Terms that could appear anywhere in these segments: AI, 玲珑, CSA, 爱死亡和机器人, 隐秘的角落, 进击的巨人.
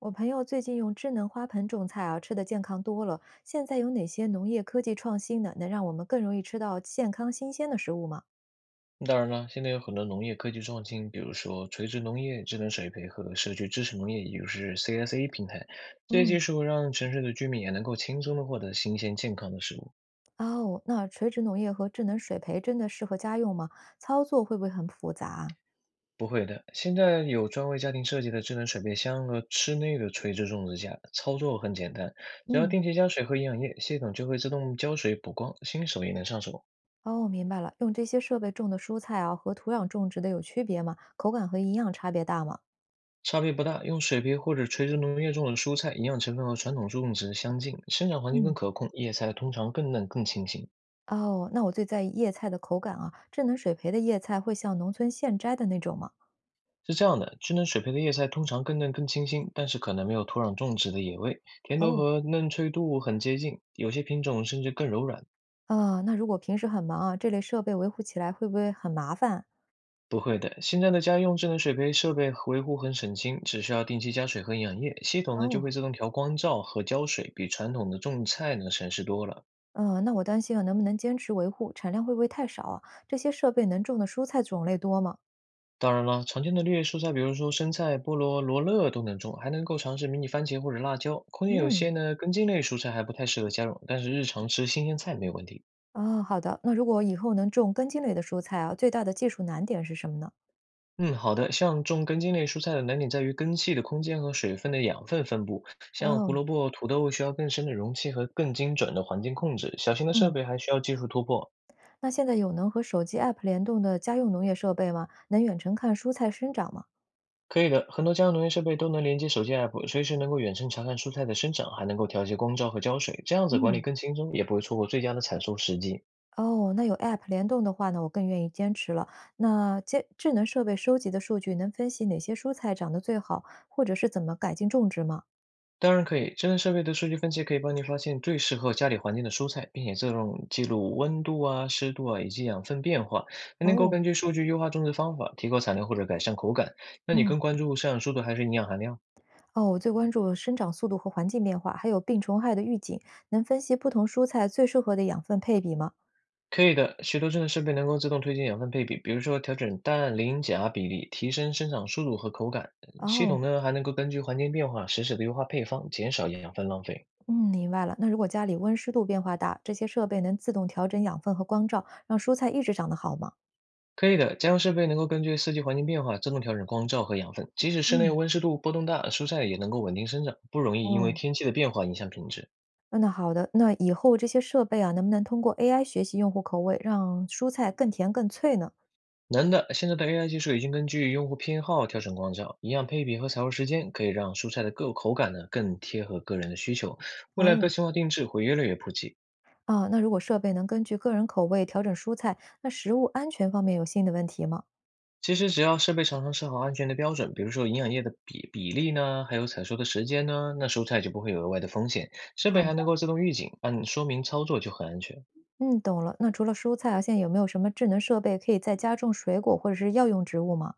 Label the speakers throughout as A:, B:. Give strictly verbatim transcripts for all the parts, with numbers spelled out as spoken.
A: 我朋友最近用智能花盆种菜啊，吃的健康多了。现在有哪些农业科技创新呢？能让我们更容易吃到健康新鲜的食物吗？
B: 当然了，现在有很多农业科技创新，比如说垂直农业、智能水培和社区支持农业，也就是 C S A 平台，这些技
A: 嗯，
B: 术让城市的居民也能够轻松的获得新鲜健康的食物。
A: 哦，那垂直农业和智能水培真的适合家用吗？操作会不会很复杂啊？
B: 不会的，现在有专为家庭设计的智能水培箱和室内的垂直种植架，操作很简单，只要
A: 嗯，
B: 定期加水和营养液，系统就会自动浇水补光，新手也能上手。
A: 哦，明白了。用这些设备种的蔬菜啊，和土壤种植的有区别吗？口感和营养差别大吗？
B: 差别不大，用水培或者垂直农业种的蔬菜，营养成分和传统种植相近，生长环境更
A: 嗯，
B: 可控，叶菜通常更嫩更清新。
A: 哦，那我最在意叶菜的口感啊，智能水培的叶菜会像农村现摘的那种吗？
B: 是这样的，智能水培的叶菜通常更嫩更清新，但是可能没有土壤种植的野味，甜度
A: 哦，
B: 和嫩脆度很接近，有些品种甚至更柔软。
A: 啊，那如果平时很忙啊，这类设备维护起来会不会很麻烦？
B: 不会的，现在的家用智能水培设备维护很省心，只需要定期加水和营养液，系统呢就会
A: 哦，
B: 自动调光照和浇水，比传统的种菜呢省事多了。
A: 嗯，那我担心啊，能不能坚持维护，产量会不会太少啊？这些设备能种的蔬菜种类多吗？
B: 当然了，常见的绿叶蔬菜，比如说生菜、菠萝、罗勒都能种，还能够尝试迷你番茄或者辣椒。空间有
A: 嗯，
B: 限呢，根茎类蔬菜还不太适合家用，但是日常吃新鲜菜没有问题。
A: 啊，好的。那如果以后能种根茎类的蔬菜啊，最大的技术难点是什么呢？
B: 嗯，好的。像种根茎类蔬菜的难点在于根系的空间和水分的养分分布。像
A: 哦，
B: 胡萝卜、土豆需要更深的容器和更精准的环境控制，小型的设
A: 嗯，
B: 备还需要技术突破。
A: 那现在有能和手机 app 联动的家用农业设备吗？能远程看蔬菜生长吗？
B: 可以的，很多家用农业设备都能连接手机 app，随时能够远程查看蔬菜的生长，还能够调节光照和浇水，这样子管理
A: 嗯。
B: 更轻松，也不会错过最佳的采收时机。
A: 哦，那有 App 联动的话呢，我更愿意坚持了。那监智能设备收集的数据能分析哪些蔬菜长得最好，或者是怎么改进种植吗？
B: 当然可以，智能设备的数据分析可以帮你发现最适合家里环境的蔬菜，并且自动记录温度啊、湿度啊以及养分变化，还能够
A: 哦，
B: 根据数据优化种植方法，提高产量或者改善口感。那你
A: 嗯，
B: 更关注生长速度还是营养含量？
A: 哦，我最关注生长速度和环境变化，还有病虫害的预警，能分析不同蔬菜最适合的养分配比吗？
B: 可以的，许多智能设备能够自动推荐养分配比，比如说调整氮磷钾比例，提升生长速度和口感。系
A: 哦，
B: 统呢还能够根据环境变化实时的优化配方，减少养分浪费。
A: 嗯，明白了。那如果家里温湿度变化大，这些设备能自动调整养分和光照，让蔬菜一直长得好吗？
B: 可以的，家用设备能够根据四季环境变化自动调整光照和养分，即使室内
A: 嗯，
B: 温湿度波动大，蔬菜也能够稳定生长，不容易因为
A: 哦。
B: 天气的变化影响品质。
A: 嗯，那好的。那以后这些设备啊，能不能通过 A I 学习用户口味，让蔬菜更甜更脆呢？
B: 能的，现在的 A I 技术已经根据用户偏好调整光照、营养配比和采收时间，可以让蔬菜的各口感呢更贴合个人的需求。未来
A: 哦，
B: 个性化定制会越来越普及。
A: 啊，那如果设备能根据个人口味调整蔬菜，那食物安全方面有新的问题吗？
B: 其实只要设备厂商设好安全的标准，比如说营养液的比比例呢，还有采收的时间呢，那蔬菜就不会有额外的风险。设
A: 好
B: 备还能
A: 的。
B: 够自动预警，按说明操作就很安全。
A: 嗯，懂了。那除了蔬菜啊，现在有没有什么智能设备可以在家种水果或者是药用植物吗？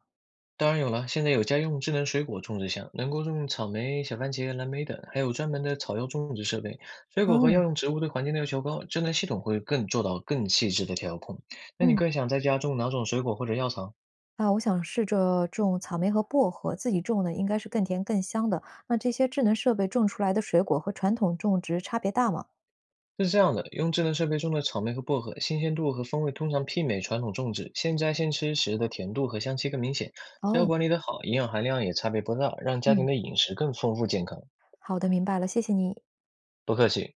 B: 当然有了，现在有家用智能水果种植箱，能够种草莓、小番茄、蓝莓等，还有专门的草药种植设备。水果和
A: 哦，
B: 药用植物对环境的要求高，智能系统会更做到更细致的调控。那你
A: 嗯，
B: 更想在家种哪种水果或者药草？
A: 啊，我想试着种草莓和薄荷，自己种呢应该是更甜更香的。那这些智能设备种出来的水果和传统种植差别大吗？
B: 是这样的，用智能设备种的草莓和薄荷，新鲜度和风味通常媲美传统种植，现摘现吃时的甜度和香气更明显。只要
A: 哦，
B: 管理得好，营养含量也差别不大，让家庭
A: 嗯，
B: 的饮食更丰富健康。
A: 好的，明白了，谢谢你。
B: 不客气。